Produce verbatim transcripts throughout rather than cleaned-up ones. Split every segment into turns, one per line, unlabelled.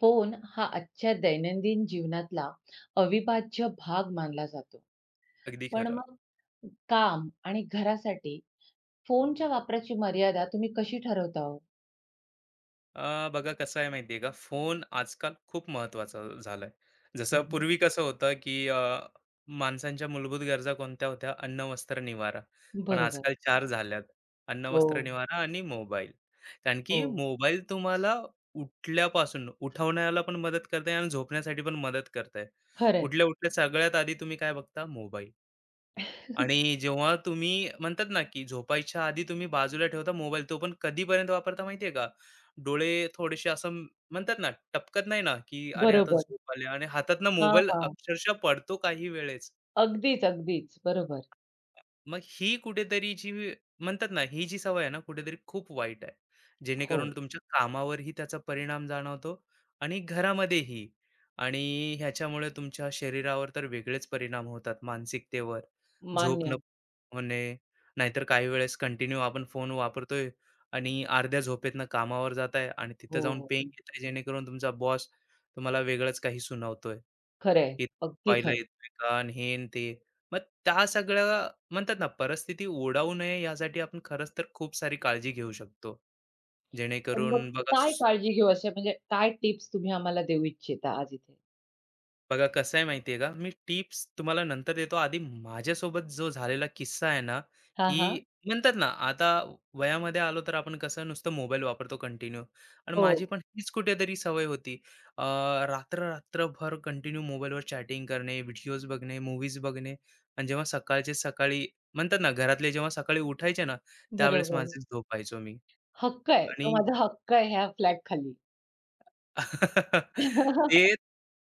Phone हा आजच्या दैनंदिन जीवनातला अविभाज्य भाग मानला जातो.
अगदी
पण
खरं.
मग काम आणि घरासाठी फोनच्या वापराची मर्यादा तुम्ही कशी ठरवता हो?
अ, बघा कसं आहे माहिती आहे का, फोन आजकाल खूप महत्त्वाचा झालाय. जसं
हं,
पूर्वी कसं होतं, की अ, माणसांच्या मूलभूत गरजा कोणत्या होत्या? अन्न, वस्त्र, निवारा. पण
बरोबर.
आजकाल चार झाल्यात. अन्न,
हो,
वस्त्र, निवारा आणि मोबाईल. कारण की
हो.
मोबाईल तुम्हाला उठल्यापासून उठवण्याला पण मदत करताय आणि झोपण्यासाठी पण मदत करताय.
खरं.
उठल्या-उठल्या सगळ्यात आधी तुम्ही काय बघता? मोबाईल. आणि जेव्हा तुम्ही म्हणतात ना, की झोपायच्या आधी तुम्ही बाजूला ठेवता मोबाईल, तो पण कधीपर्यंत वापरता माहिती आहे का? डोळे थोडेसे असं म्हणतात ना, टपकत नाही ना, की अरे, आता
बरोबर.
झोप आली आणि हातातनं
हां,
मोबाईल
हां.
अक्षरशः पडतो काही वेळेस.
अगदीच, अगदीच. बरोबर.
मग ही कुठेतरी जी म्हणतात ना ही जी सवय आहे ना कुठेतरी खूप वाईट आहे
हो.
जेणेकरून तुमच्या कामावरही त्याचा परिणाम जाणवतो आणि घरामध्येही आणि ह्याच्यामुळे तुमच्या शरीरावर तर वेगळेच परिणाम होतात मानसिकतेवर झोप न
मान्य.
होणे नाहीतर काही वेळेस कंटिन्यू आपण फोन वापरतोय आणि अर्ध्या झोपेतनं कामावर जात आहे आणि तिथं जाऊन
हो,
पेन घेत आहे जेणेकरून तुमचा बॉस तुम्हाला वेगळंच काही सुनावतोय
खरं आहे.
की
अगदी
पहिला
खरं.
येतोय का आणि हे आणि ते मग त्या सगळ्या म्हणतात ना परिस्थिती ओढावू नये यासाठी आपण खरंच तर खूप सारी काळजी घेऊ शकतो
पण मग
जेणेकरून बघा
काय
स-
काळजी घेऊ अशा म्हणजे काय टिप्स तुम्ही आम्हाला देऊ इच्छिता आज इथे?
बघा कसं आहे माहितीये का मी टिप्स तुम्हाला नंतर देतो आधी माझ्यासोबत जो झालेला किस्सा आहे ना
हां,
की
हां.
म्हणतात ना आता वयामध्ये आलो तर आपण कसं नुसतं मोबाईल वापरतो कंटिन्यू आणि
हो,
माझी पण हीच कुठेतरी सवय होती अं, रात्र रात्रभर कंटिन्यू मोबाईलवर चॅटिंग करणे व्हिडिओज बघणे मूवीज बघणे आणि जेव्हा सकाळचे सकाळी म्हणतात ना घरातले जेव्हा सकाळी उठायचे ना त्यावेळेस
बरोबर.
माझे झोपायचो मी
हक्क आहे. तो
आणि
माझा हक्क आहे ह्या फ्लॅगखाली.
ते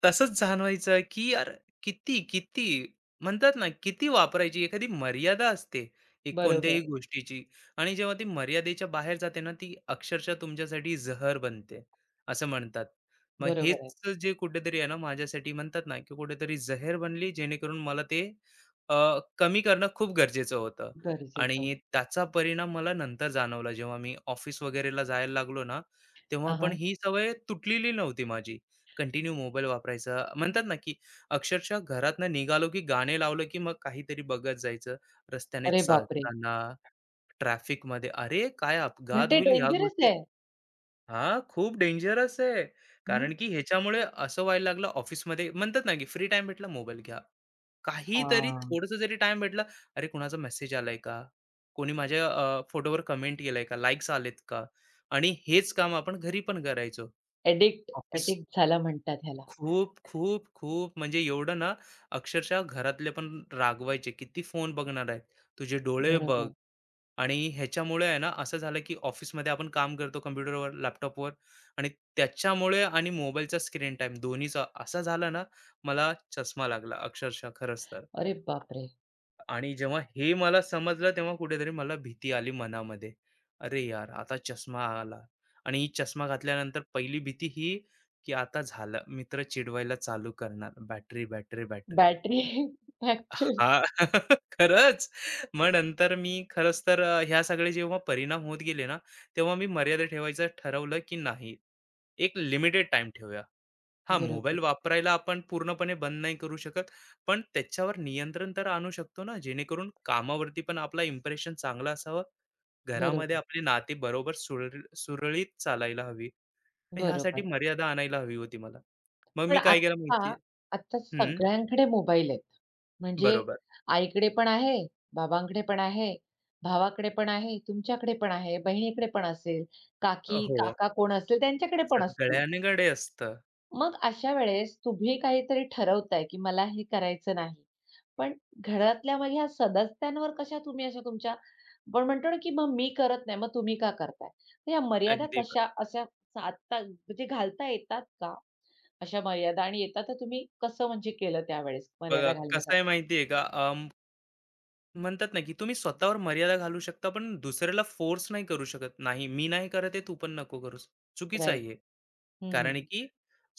तसंच जाणवायचं की यार किती, किती म्हणतात ना, किती वापरायची एखादी मर्यादा असते एक कोणत्याही
बरोबर,
गोष्टीची आणि जेव्हा ती मर्यादेच्या बाहेर जाते ना, ती अक्षरशः तुमच्यासाठी जहर बनते, असं म्हणतात. मग
बरोबर आहे.
हेच जे कुठेतरी आहे ना, माझ्यासाठी म्हणतात ना, की कुठेतरी जहर बनली जेणेकरून मला ते अ, कमी करणं खूप गरजेचं होतं
गरजेचं.
आणि त्याचा परिणाम मला नंतर जाणवला जेव्हा मी ऑफिस वगैरेला जायला लागलो ना, तेव्हा
हां,
पण
हां.
ही सवय तुटलेली नव्हती माझी. कंटिन्यू मोबाईल वापरायचा. म्हणतात ना, की अक्षरशः घरातनं निघालो, की गाणे लावलं, की मग काहीतरी बघत जायचं. रस्त्याने
अरे बापरे!
चालताना, ट्रॅफिकमध्ये. अरे, काय
पण
अपघात
ते
होईल ह्या
डेंजरस
गोष्टी
आहे.
हां, खूप डेंजरस आहे.
हं.
कारण की ह्याच्यामुळे असं व्हायला लागलं ऑफिसमध्ये म्हणतात ना, की फ्री टाईम भेटला मोबाईल घ्या. काहीतरी
हां.
थोडंसं जरी टाईम भेटला, अरे कुणाचा मेसेज आलाय का? कोणी माझ्या अ, फोटोवर कमेंट केलंय का? लाइक्स आलेत का? आणि हेच काम आपण घरी पण करायचो.
एडिक्ट
ऑफिस
एडिक्ट झाला म्हणतात ह्याला.
खूप, खूप, खूप म्हणजे एवढं ना, अक्षरशः घरातले पण रागवायचे, "किती फोन बघणार आहे? तुझे डोळे बघ."
बरोबर.
आणि ह्याच्यामुळे आहे ना, असं झालं की ऑफिसमध्ये आपण काम करतो कॉम्प्युटरवर, लॅपटॉपवर आणि त्याच्यामुळे आणि मोबाईलचा स्क्रीन टाईम दोन्हीचा असा झाला ना, मला चष्मा लागला अक्षरशः खरंच तर.
अरे बापरे!
आणि जेव्हा हे मला समजलं तेव्हा कुठेतरी मला भीती आली मनामध्ये. अरे यार, आता चष्मा आला आणि ही चष्मा घातल्यानंतर पहिली भीती ही, की आता झालं मित्र चिडवायला चालू करणार. Battery, battery, battery.
Battery fracture.
हां, खरंच. मग नंतर मी खरंच तर अ, ह्या सगळे जेव्हा परिणाम होत गेले ना, तेव्हा मी मर्यादा ठेवायचं ठरवलं, की नाही एक लिमिटेड टाईम ठेवूया. हां, मोबाईल
बरोबर,
वापरायला आपण पूर्णपणे बंद नाही करू शकत. पण त्याच्यावर नियंत्रण तर आणू शकतो ना, जेणेकरून कामावरती पण आपला इम्प्रेशन चांगला असावं. घरामध्ये
बरोबर,
आपली नाती बरोबर सुरळी सुरळीत चालायला हवी. मग ह्यासाठी
बरोबर.
मर्यादा आणायला हवी होती मला. मग
पण
मी काय केलं
आत्ता,
माहिती
आत्ता
हं,
सगळ्यांकडे मोबाईल आहेत. म्हणजे
बरोबर.
आईकडे पण आहे, बाबांकडे पण आहे, भावाकडे पण आहे, तुमच्याकडे पण आहे, बहिणीकडे पण असेल, काकी,
हो,
काका कोण असेल त्यांच्याकडे पण असतील.
सगळ्यांकडे असतं.
मग अशा वेळेस तुम्ही काहीतरी ठरवताय, की मला हे करायचं नाही. पण घरातल्या मग ह्या सदस्यांवर कशा तुम्ही अशा तुमच्या आपण म्हणतो ना, की मग मी करत नाही, मग तुम्ही का करताय? तर या मर्यादा
अगदी ब
कशा अशा साधता म्हणजे घालता येतात का? अशा मर्यादा आणि येतात तर तुम्ही कसं म्हणजे केलं त्यावेळेस
बघा
मर्यादा
कसं
घालण्यासाठी?
आहे माहिती का, अं, म्हणतात ना, की तुम्ही स्वतःवर मर्यादा घालू शकता, पण दुसऱ्याला फोर्स नाही करू शकत. नाही, मी नाही करत आहे, तू पण नको करूस. चुकीचं आहे
राइट.
हे.
हं,
कारण
हं.
की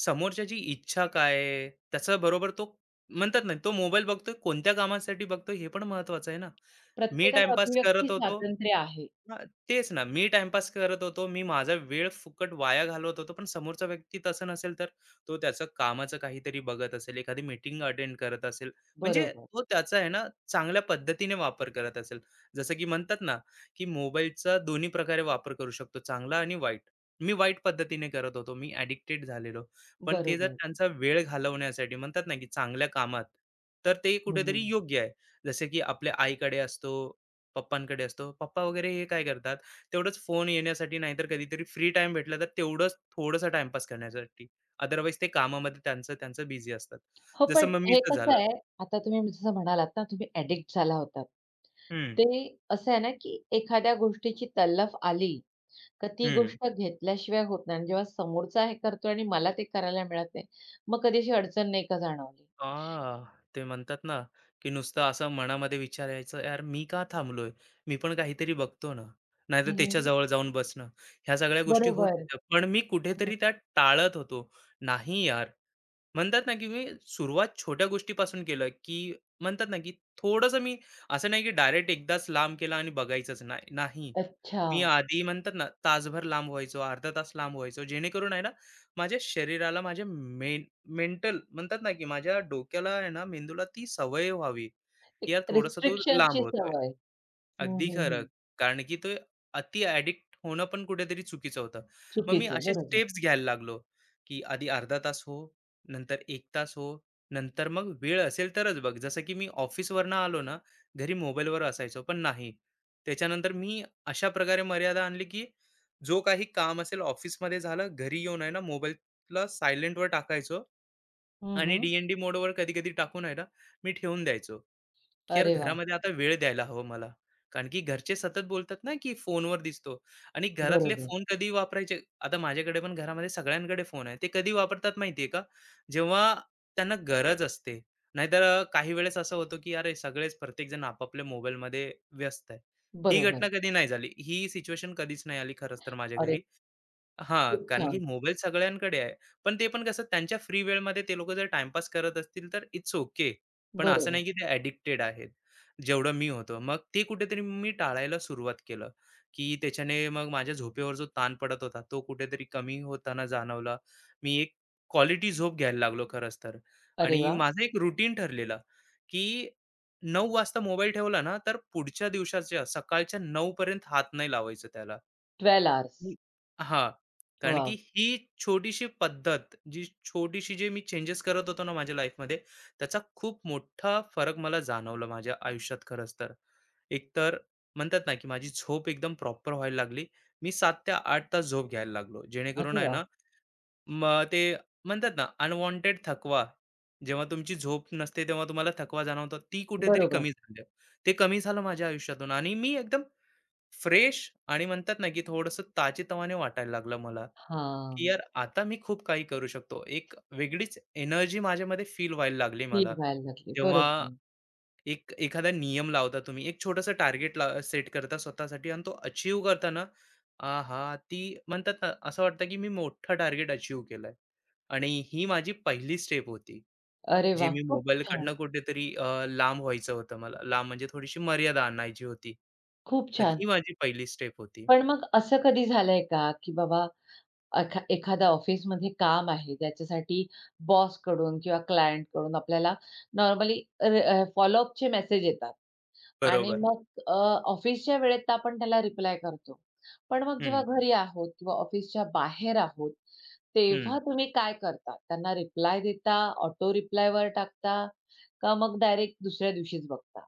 समोरच्याची इच्छा काय आहे, त्याच्याबरोबर तो म्हणतात ना, तो मोबाईल बघतोय, कोणत्या कामासाठी बघतोय हे पण महत्वाचं आहे ना. मी
प्रत्येकाला
टाईमपास
अभिव्यक्ती
करत होतो
स्वातंत्र्य आहे.
हां, तेच ना. मी टाईमपास करत होतो. मी माझा वेळ फुकट वाया घालवत होतो. पण समोरचा व्यक्ती तसं नसेल, तर तो त्याचं कामाचं काहीतरी बघत असेल, एखादी मीटिंग अटेंड करत असेल. म्हणजे
बरोबर,
तो त्याचा आहे ना, चांगल्या पद्धतीने वापर करत असेल. जसं की म्हणतात ना, की मोबाईलचा दोन्ही प्रकारे वापर करू शकतो, चांगला आणि वाईट. मी वाईट पद्धतीने करत होतो. मी ॲडिक्टेड झालेलो. पण ते जर
बरोबर.
त्यांचा वेळ घालवण्यासाठी म्हणतात ना, की चांगल्या कामात, तर ते
हं,
कुठेतरी
हं.
योग्य आहे. जसे की आपल्या आईकडे असतो, पप्पांकडे असतो. पप्पा वगैरे हे काय करतात, तेवढंच फोन येण्यासाठी नाहीतर कधीतरी फ्री टाईम भेटला तर तेवढंच थोडंसं टाईमपास करण्यासाठी. अदरवाईज ते कामामध्ये त्यांचं त्यांचं बिझी असतात.
हो,
जसं
पण हे
मम्मीचं
कसं
झालं
आहे, आता तुम्ही जसं म्हणालात ना, तुम्ही ॲडिक्ट झाला होतात.
हं,
ते असं आहे ना, की एखाद्या गोष्टीची तलफ आली, तर ती
हं.
गोष्ट घेतल्याशिवाय होत नाही आणि जेव्हा समोरचा हे करतो आणि मला ते करायला मिळत नाही, मग कधी अशी अडचण नाही का जाणवली?
आह! ते म्हणतात ना, की नुसतं असं मनामध्ये विचार यायचं, "यार मी का थांबलोय? मी पण काहीतरी बघतो ना." नाहीतर
हं,
त्याच्या
हं.
जवळ जाऊन बसणं. ह्या सगळ्या गोष्टी होत
बरोबर.
होत्या. पण मी
हं, हं.
कुठेतरी त्या टाळत होतो. "नाही यार, म्हणतात ना, की मी सुरुवात छोट्या गोष्टीपासून केलं, की म्हणतात ना, की थोडंसं मी असं नाही, की डायरेक्ट एकदाच लांब केला आणि बघायचंच नाही. नाही.
अच्छा.
मी आधी म्हणतात ना, तासभर लांब व्हायचो, अर्धा तास लांब व्हायचो. जेणेकरून आहे ना, माझ्या शरीराला, माझ्या मेन मेंटल म्हणतात ना, की माझ्या डोक्याला आहे ना, मेंदूला ती सवय व्हावी, की
एक
यार थोडंसं तो लांब
रिस्ट्रिक्शनची
होतोय.
सवय. हं,
अगदी
हं,
खरं.
हं.
कारण की तो अति ॲडिक्ट होणं पण कुठेतरी चुकीचं होतं. मग मी
चुकीचं आहे.
असे
बरोबर.
स्टेप्स घ्यायला लागलो, की आधी अर्धा तास हो, नंतर एक तास हो, नंतर मग वेळ असेल तरच बघ. जसं की मी ऑफिसवरनं आलो ना, घरी मोबाईलवर असायचो, पण नाही. त्याच्यानंतर मी अशा प्रकारे मर्यादा आणली, की जो काही काम असेल ऑफिसमध्ये झालं, घरी येऊन आहे ना मोबाईलला सायलेंटवर टाकायचो
हं,
आणि
हं.
डी मोडवर कधी-कधी टाकून आहे ना, मी ठेवून द्यायचो. की यार
अरे वाह!
घरामध्ये आता वेळ द्यायला हवं मला. कारण की घरचे सतत बोलतात ना, की फोनवर दिसतो आणि घरातले
बरोबर,
फोन कधी वापरायचे? आता माझ्याकडे पण घरामध्ये सगळ्यांकडे फोन आहे. ते कधी वापरतात माहिती का? जेव्हा त्यांना गरज असते. नाहीतर अ, काही वेळेस असं होतं, की अरे सगळेच प्रत्येकजण आपापल्या मोबाईलमध्ये व्यस्त आहे. ही
बरोबर.
घटना कधी नाही झाली. ही सिच्युएशन कधीच नाही आली खरंच तर माझ्या
अरे
घरी. हां,
खूप
कारण की
छान.
मोबाईल सगळ्यांकडे आहे. पण ते पण कसं त्यांच्या फ्री वेळमध्ये ते लोकं जर टाईमपास करत असतील तर इट्स ओके. पण असं
बरोबर.
नाही की ते ॲडिक्टेड आहेत. जेवढं मी होतो. मग ते कुठेतरी मी टाळायला सुरुवात केलं, की त्याच्याने मग माझ्या झोपेवर जो ताण पडत होता, तो कुठेतरी कमी होताना जाणवला. मी एक क्वालिटी झोप घ्यायला लागलो खरंच तर.
अरे
आणि
वाह!
माझं एक रुटीन ठरलेलं, की नऊ वाजता मोबाईल ठेवला ना, तर पुढच्या दिवसाच्या सकाळच्या नऊ पर्यंत हात नाही लावायचा त्याला.
बारा हॉर्स.
मी हां, कारण की
वॉव!
ही छोटीशी पद्धत, जी छोटीशी जे मी चेंजेस करत होतो ना माझ्या लाईफमध्ये, त्याचा खूप मोठा फरक मला जाणवला माझ्या आयुष्यात खरंच तर. एकतर म्हणतात ना, की माझी झोप एकदम प्रॉपर व्हायला लागली. मी सात ते आठ तास झोप घ्यायला लागलो. जेणेकरून
अरे
आहे ना,
वाह!
मग ते म्हणतात ना, अनवॉन्टेड थकवा, जेव्हा तुमची झोप नसते तेव्हा तुम्हाला थकवा जाणवतो, ती कुठेतरी
बरोबर.
कमी झाली. ते कमी झालं माझ्या आयुष्यातून आणि मी एकदम फ्रेश आणि म्हणतात ना, की थोडंसं ताजेतवाने वाटायला लागलं मला, की
हां,
यार आता मी खूप काही करू शकतो. एक वेगळीच एनर्जी माझ्यामध्ये फील व्हायला लागली
फील
मला.
व्हायला लागली.
जेव्हा
बरोबर आहे.
एक एखादा नियम लावता तुम्ही, एक छोटंसं टार्गेट सेट करता स्वतःसाठी आणि तो अचीव्ह करताना, आहा! ती म्हणतात ना, असं वाटतं, की मी मोठं टार्गेट अचीव्ह केलंय आणि ही माझी पहिली स्टेप होती.
अरे
जे
वाह!
मी
खूप छान,
मोबाईलकडनं कुठेतरी अ, लांब व्हायचं होतं मला. लांब म्हणजे थोडीशी मर्यादा आणायची होती.
खूप
तर
छान.
ही माझी पहिली स्टेप होती.
पण मग असं कधी झालंय का, की बाबा एखा एखाद्या ऑफिसमध्ये काम आहे, त्याच्यासाठी बॉसकडून किंवा क्लायंटकडून आपल्याला नॉर्मली र अ, फॉलोअपचे मेसेज येतात. आणि
बरोबर.
मग अ, ऑफिसच्या वेळेत तर आपण त्याला रिप्लाय करतो. पण मग जेव्हा
हं,
घरी आहोत किंवा ऑफिसच्या बाहेर आहोत,
हं.
तेव्हा तुम्ही काय करता? त्यांना रिप्लाय देता, ऑटो रिप्लायवर टाकता का मग डायरेक्ट दुसऱ्या दिवशीच बघता?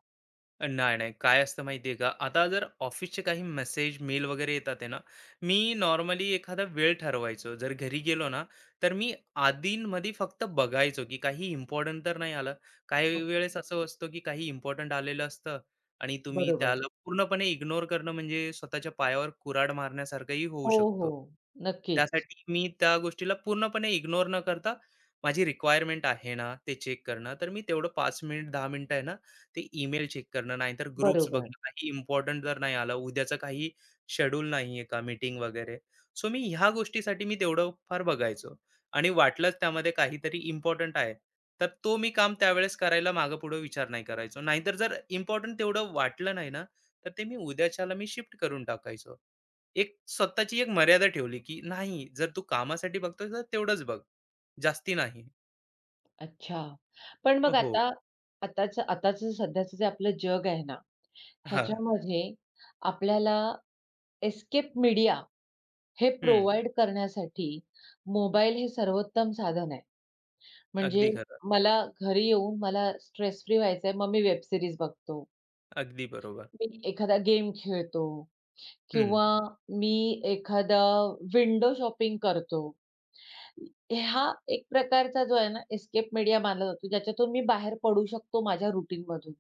नाही, नाही. काय असतं माहिती आहे का, आता जर ऑफिसचे काही मेसेज, मेल वगैरे येतात आहे ना, मी नॉर्मली एखादा वेळ ठरवायचो. जर घरी गेलो ना, तर मी आधींमध्ये फक्त बघायचो, की काही इम्पोर्टंट तर नाही आलं. काही
अ,
वेळेस असं असतं, की काही इम्पोर्टंट आलेलं असतं आणि तुम्ही
बरोबर.
त्याला पूर्णपणे इग्नोर करणं म्हणजे स्वतःच्या पायावर कुऱ्हाड मारण्यासारखंही होऊ
हो,
शकतो.
हो. नक्कीच.
त्यासाठी मी त्या गोष्टीला पूर्णपणे इग्नोर न करता माझी रिक्वायरमेंट आहे ना, ते चेक करणं. तर मी तेवढं पाच मिनिट, दहा मिनिटं आहे ना ते ईमेल चेक करणं, नाहीतर ग्रुप्स
बरोबर.
बघणं, काही इम्पोर्टंट जर नाही आलं, उद्याचं काही शेड्यूल नाहीये का मीटिंग वगैरे. सो मी ह्या गोष्टीसाठी मी तेवढं फार बघायचो आणि वाटलंच त्यामध्ये काहीतरी इम्पोर्टंट आहे, तर तो मी काम त्यावेळेस करायला मागे-पुढे विचार नाही करायचो. नाहीतर जर इम्पोर्टंट तेवढं वाटलं नाही ना, तर ते मी उद्याच्याला मी शिफ्ट करून टाकायचो. एक स्वतःची एक मर्यादा ठेवली, की नाही जर तू कामासाठी बघतोय तर तेवढंच बघ, जास्ती नाही.
अच्छा. पण मग
हो.
आता आताचं आताचं सध्याचं जे आपलं जग आहे ना,
हां.
ह्याच्यामध्ये आपल्याला एस्केप मीडिया हे
हं.
प्रोव्हाईड करण्यासाठी मोबाईल हे सर्वोत्तम साधन आहे. म्हणजे
अगदी खरं.
मला घरी येऊन मला स्ट्रेस फ्री व्हायचंय, मग मी वेब सीरीज बघतो.
अगदी बरोबर.
मी एखादा गेम खेळतो
हं.
किंवा मी एखादा विंडो शॉपिंग करतो. हा एक प्रकारचा जो आहे ना, एस्केप मीडिया मानला जातो, ज्याच्यातून मी बाहेर पडू शकतो माझ्या रुटीनमधून.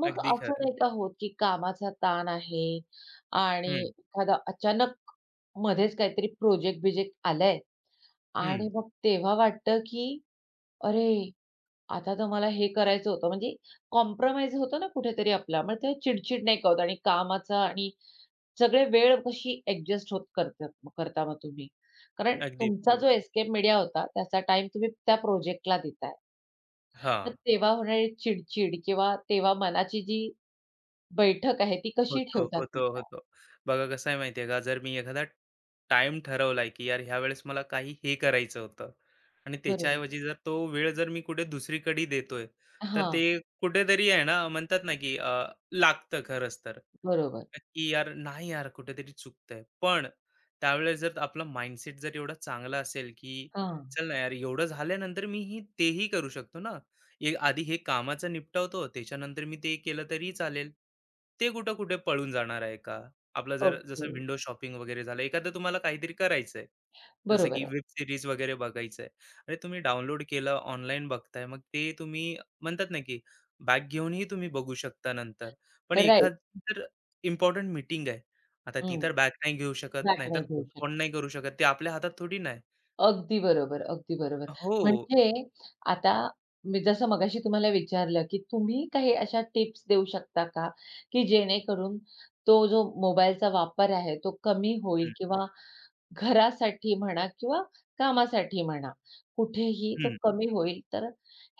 मग
अगदी
असं
खरं.
नाही का होत, की कामाचा ताण आहे आणि
हं,
एखादा अचानक मध्येच काहीतरी प्रोजेक्ट-बिजेक्ट आलाय
हं.
आणि मग तेव्हा वाटतं, की अरे, आता तर मला हे करायचं होतं. म्हणजे कॉम्प्रोमाईज होतो ना कुठेतरी आपला. मग तेव्हा चिडचिड नाही का होत आणि कामाचा आणि सगळे वेळ कशी ॲडजस्ट होत करतात करता मग तुम्ही. कारण
अगदी
तुमचा जो
बरोबर.
एस्केप मीडिया होता, त्याचा टाईम तुम्ही त्या प्रोजेक्टला देताय. मग
हां.
तेव्हा होणारी चिडचिड किंवा तेव्हा मनाची जी बैठक आहे, ती कशी
होतो,
ठेवता
होतो,
तुमच्या?
होतो. बघा कसं आहे माहिती आहे का, जर मी एखादा टाईम ठरवलाय, की यार ह्यावेळेस मला काही हे करायचं होतं आणि
बरोबर.
त्याच्याऐवजी जर तो वेळ जर मी कुठे दुसरीकडे देतोय, तर
हां,
ते कुठेतरी आहे ना म्हणतात ना, की अ, लागतं खरंच तर,
बरोबर.
की यार नाही यार कुठेतरी चुकतंय. पण त्यावेळेस जर आपला माइंडसेट जर एवढा चांगला असेल, की
हां,
चल ना यार एवढं झाल्यानंतर मी ही तेही करू शकतो ना. ए आधी हे कामाचं निपटवतो, त्याच्यानंतर मी ते केलं तरी चालेल. ते कुठं कुठे पळून जाणार आहे का? आपलं जर जसं
ओके.
विंडो शॉपिंग वगैरे झालं, एखादं तुम्हाला काहीतरी करायचंय, जसं
बरोबर
की
आहे.
वेब सीरीज वगैरे बघायचं अरे, तुम्ही डाउनलोड केलं, ऑनलाईन बघताय, मग ते तुम्ही म्हणतात ना, की बॅग घेऊनही तुम्ही बघू शकता नंतर. पण
राइट.
एखादी तर इम्पोर्टंट मीटिंग आहे. आता ती
हं.
तर बॅग नाही घेऊ शकत,
बॅक
नाहीतर
नाही घेऊ शकत.
पोस्टपोन नाही करू शकत. ते आपल्या हातात थोडी ना
अगदी बरोबर, अगदी बरोबर.
हो.
म्हणजे आता मी जसं मगाशी तुम्हाला विचारलं, की तुम्ही काही अशा टिप्स देऊ शकता का, की जेणेकरून तो जो मोबाईलचा वापर आहे, तो कमी होईल
हं,
किंवा घरासाठी म्हणा किंवा कामासाठी म्हणा, कुठेही तो
हं.
कमी होईल. तर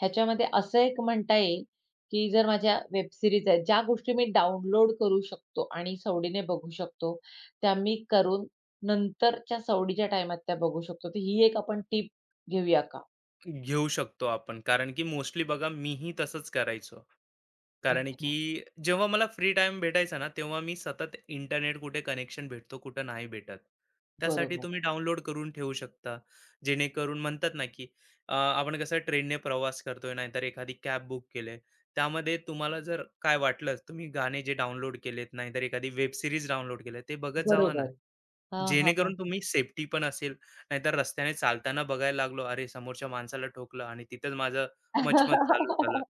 ह्याच्यामध्ये असं एक म्हणता येईल, की जर माझ्या वेब सीरीज आहेत, ज्या गोष्टी मी डाउनलोड करू शकतो आणि सवडीने बघू शकतो, त्या मी करून नंतरच्या सवडीच्या टाईमात त्या बघू शकतो. तर ही एक आपण टिप घेऊया का?
घेऊ शकतो आपण. कारण की मोस्टली बघा मीही तसंच करायचो. कारण
अच्छा.
की जेव्हा मला फ्री टाइम भेटायचा ना, तेव्हा मी सतत इंटरनेट कुठे कनेक्शन भेटतो, कुठं नाही भेटत. त्यासाठी
बरोबर.
तुम्ही डाउनलोड करून ठेवू शकता. जेणेकरून म्हणतात ना, की अ, आपण कसं ट्रेनने प्रवास करतोय, नाहीतर एखादी कॅब बुक केली त्यामध्ये तुम्हाला जर काय वाटलं, तुम्ही गाणे जे डाउनलोड केलेत, नाहीतर एखादी वेब सीरीज डाउनलोड केली ते बघत जावा ना.
बरोबर. हां, हां, हां.
जेणेकरून तुम्ही सेफ्टी पण असेल नाहीतर रस्त्याने चालताना बघायला लागलो, अरे समोरच्या माणसाला ठोकलं आणि तिथेच माझं मचमच चालू झालं.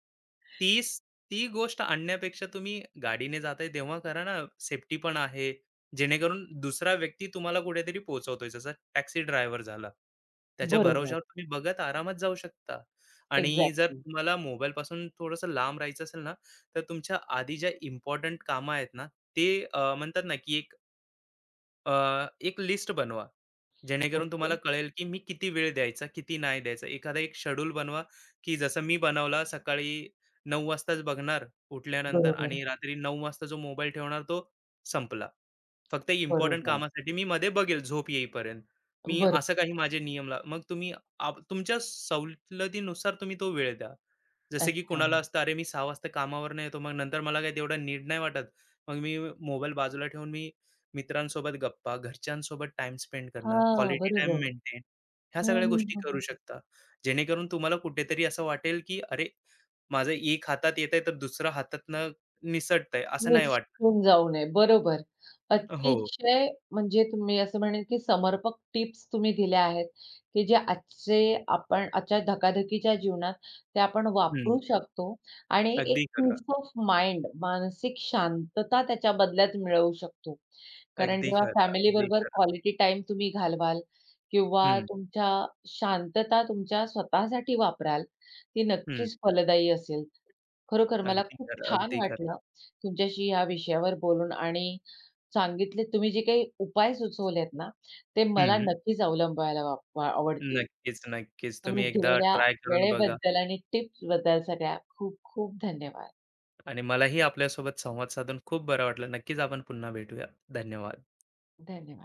तीस ती गोष्ट आणण्यापेक्षा तुम्ही गाडीने जाताय तेव्हा करा ना, सेफ्टी पण आहे. जेणेकरून दुसरा व्यक्ती तुम्हाला कुठेतरी पोहोचवतोय. जसा टॅक्सी ड्रायव्हर झाला. त्याच्या
बरोबर.
भरवशावर तुम्ही बघत आरामात जाऊ शकता. आणि जर
एक्झॅक्टली.
तुम्हाला मोबाईलपासून थोडंसं लांब राहायचं असेल ना, तर तुमच्या आधी ज्या इम्पोर्टंट कामं आहेत ना, ते अ, म्हणतात ना, की एक अ, एक लिस्ट बनवा. जेणेकरून
ओके.
तुम्हाला कळेल, की मी किती वेळ द्यायचा, किती नाही द्यायचा. एखादा एक शेड्यूल बनवा, की जसं मी बनवला सकाळी नऊ वाजताच बघणार उठल्यानंतर
बरोबर,
आणि रात्री नऊ वाजता जो मोबाईल ठेवणार तो संपला. फक्त इम्पोर्टंट
बरोबर.
कामासाठी मी मध्ये बघेल झोप येईपर्यंत. मी
बरोबर.
असं काही माझे नियम ला मग तुम्ही आप तुमच्या सवलतीनुसार तुम्ही तो वेळ द्या. जसं की
अच्छा.
कुणाला असतं, "अरे, मी सहा वाजता कामावरनं येतो, मग नंतर मला काही तेवढा नीड नाही वाटत. मग मी मोबाईल बाजूला ठेवून मी मित्रांसोबत गप्पा, घरच्यांसोबत टाइम स्पेंड करणं,
हां,
क्वालिटी टाइम
बरोबर.
मेंटेन ह्या
हं,
सगळ्या
हं,
गोष्टी
हं,
करू
हं.
शकता. जेणेकरून तुम्हाला कुठेतरी असं वाटेल, की अरे, माझं एक हातात येतंय तर दुसरा हातातनं निसटतंय असं नाही वाटणार.
निसटून जाऊ नये. बरोबर.
हो.
अतिशय म्हणजे तुम्ही असं म्हणेल, की समर्पक टिप्स तुम्ही दिल्या आहेत, की जे आजचे आपण आजच्या धकाधकीच्या जीवनात ते आपण
हं.
वापरू शकतो आणि एक
अगदी खरं,
पीस ऑफ माइंड मानसिक शांतता त्याच्या बदल्यात मिळवू शकतो. कारण
अगदी
जेव्हा
खरं, अगदी
फॅमिलीबरोबर
खरं.
क्वालिटी टाईम तुम्ही घालवाल किंवा
हं,
तुमच्या शांतता तुमच्या स्वतःसाठी वापराल, ती
हं.
नक्कीच फलदायी असेल. खरोखर मला
अगदी
खूप
खरं,
छान
अगदी खरं.
वाटलं तुमच्याशी या विषयावर बोलून आणि सांगितले तुम्ही जे काही उपाय सुचवलेत ना, ते मला
हं.
नक्कीच अवलंबायला वाप आवडतील.
नक्कीच, नक्कीच. तुम्ही
तुम्ही
एकदा
दिलेल्या
ट्राय करून बघा
वेळेबद्दल आणि टिप्सबद्दल सगळ्या खूप खूप धन्यवाद.
आणि मलाही आपल्यासोबत संवाद साधून खूप बरं वाटलं. नक्कीच आपण पुन्हा भेटूया. धन्यवाद.
धन्यवाद.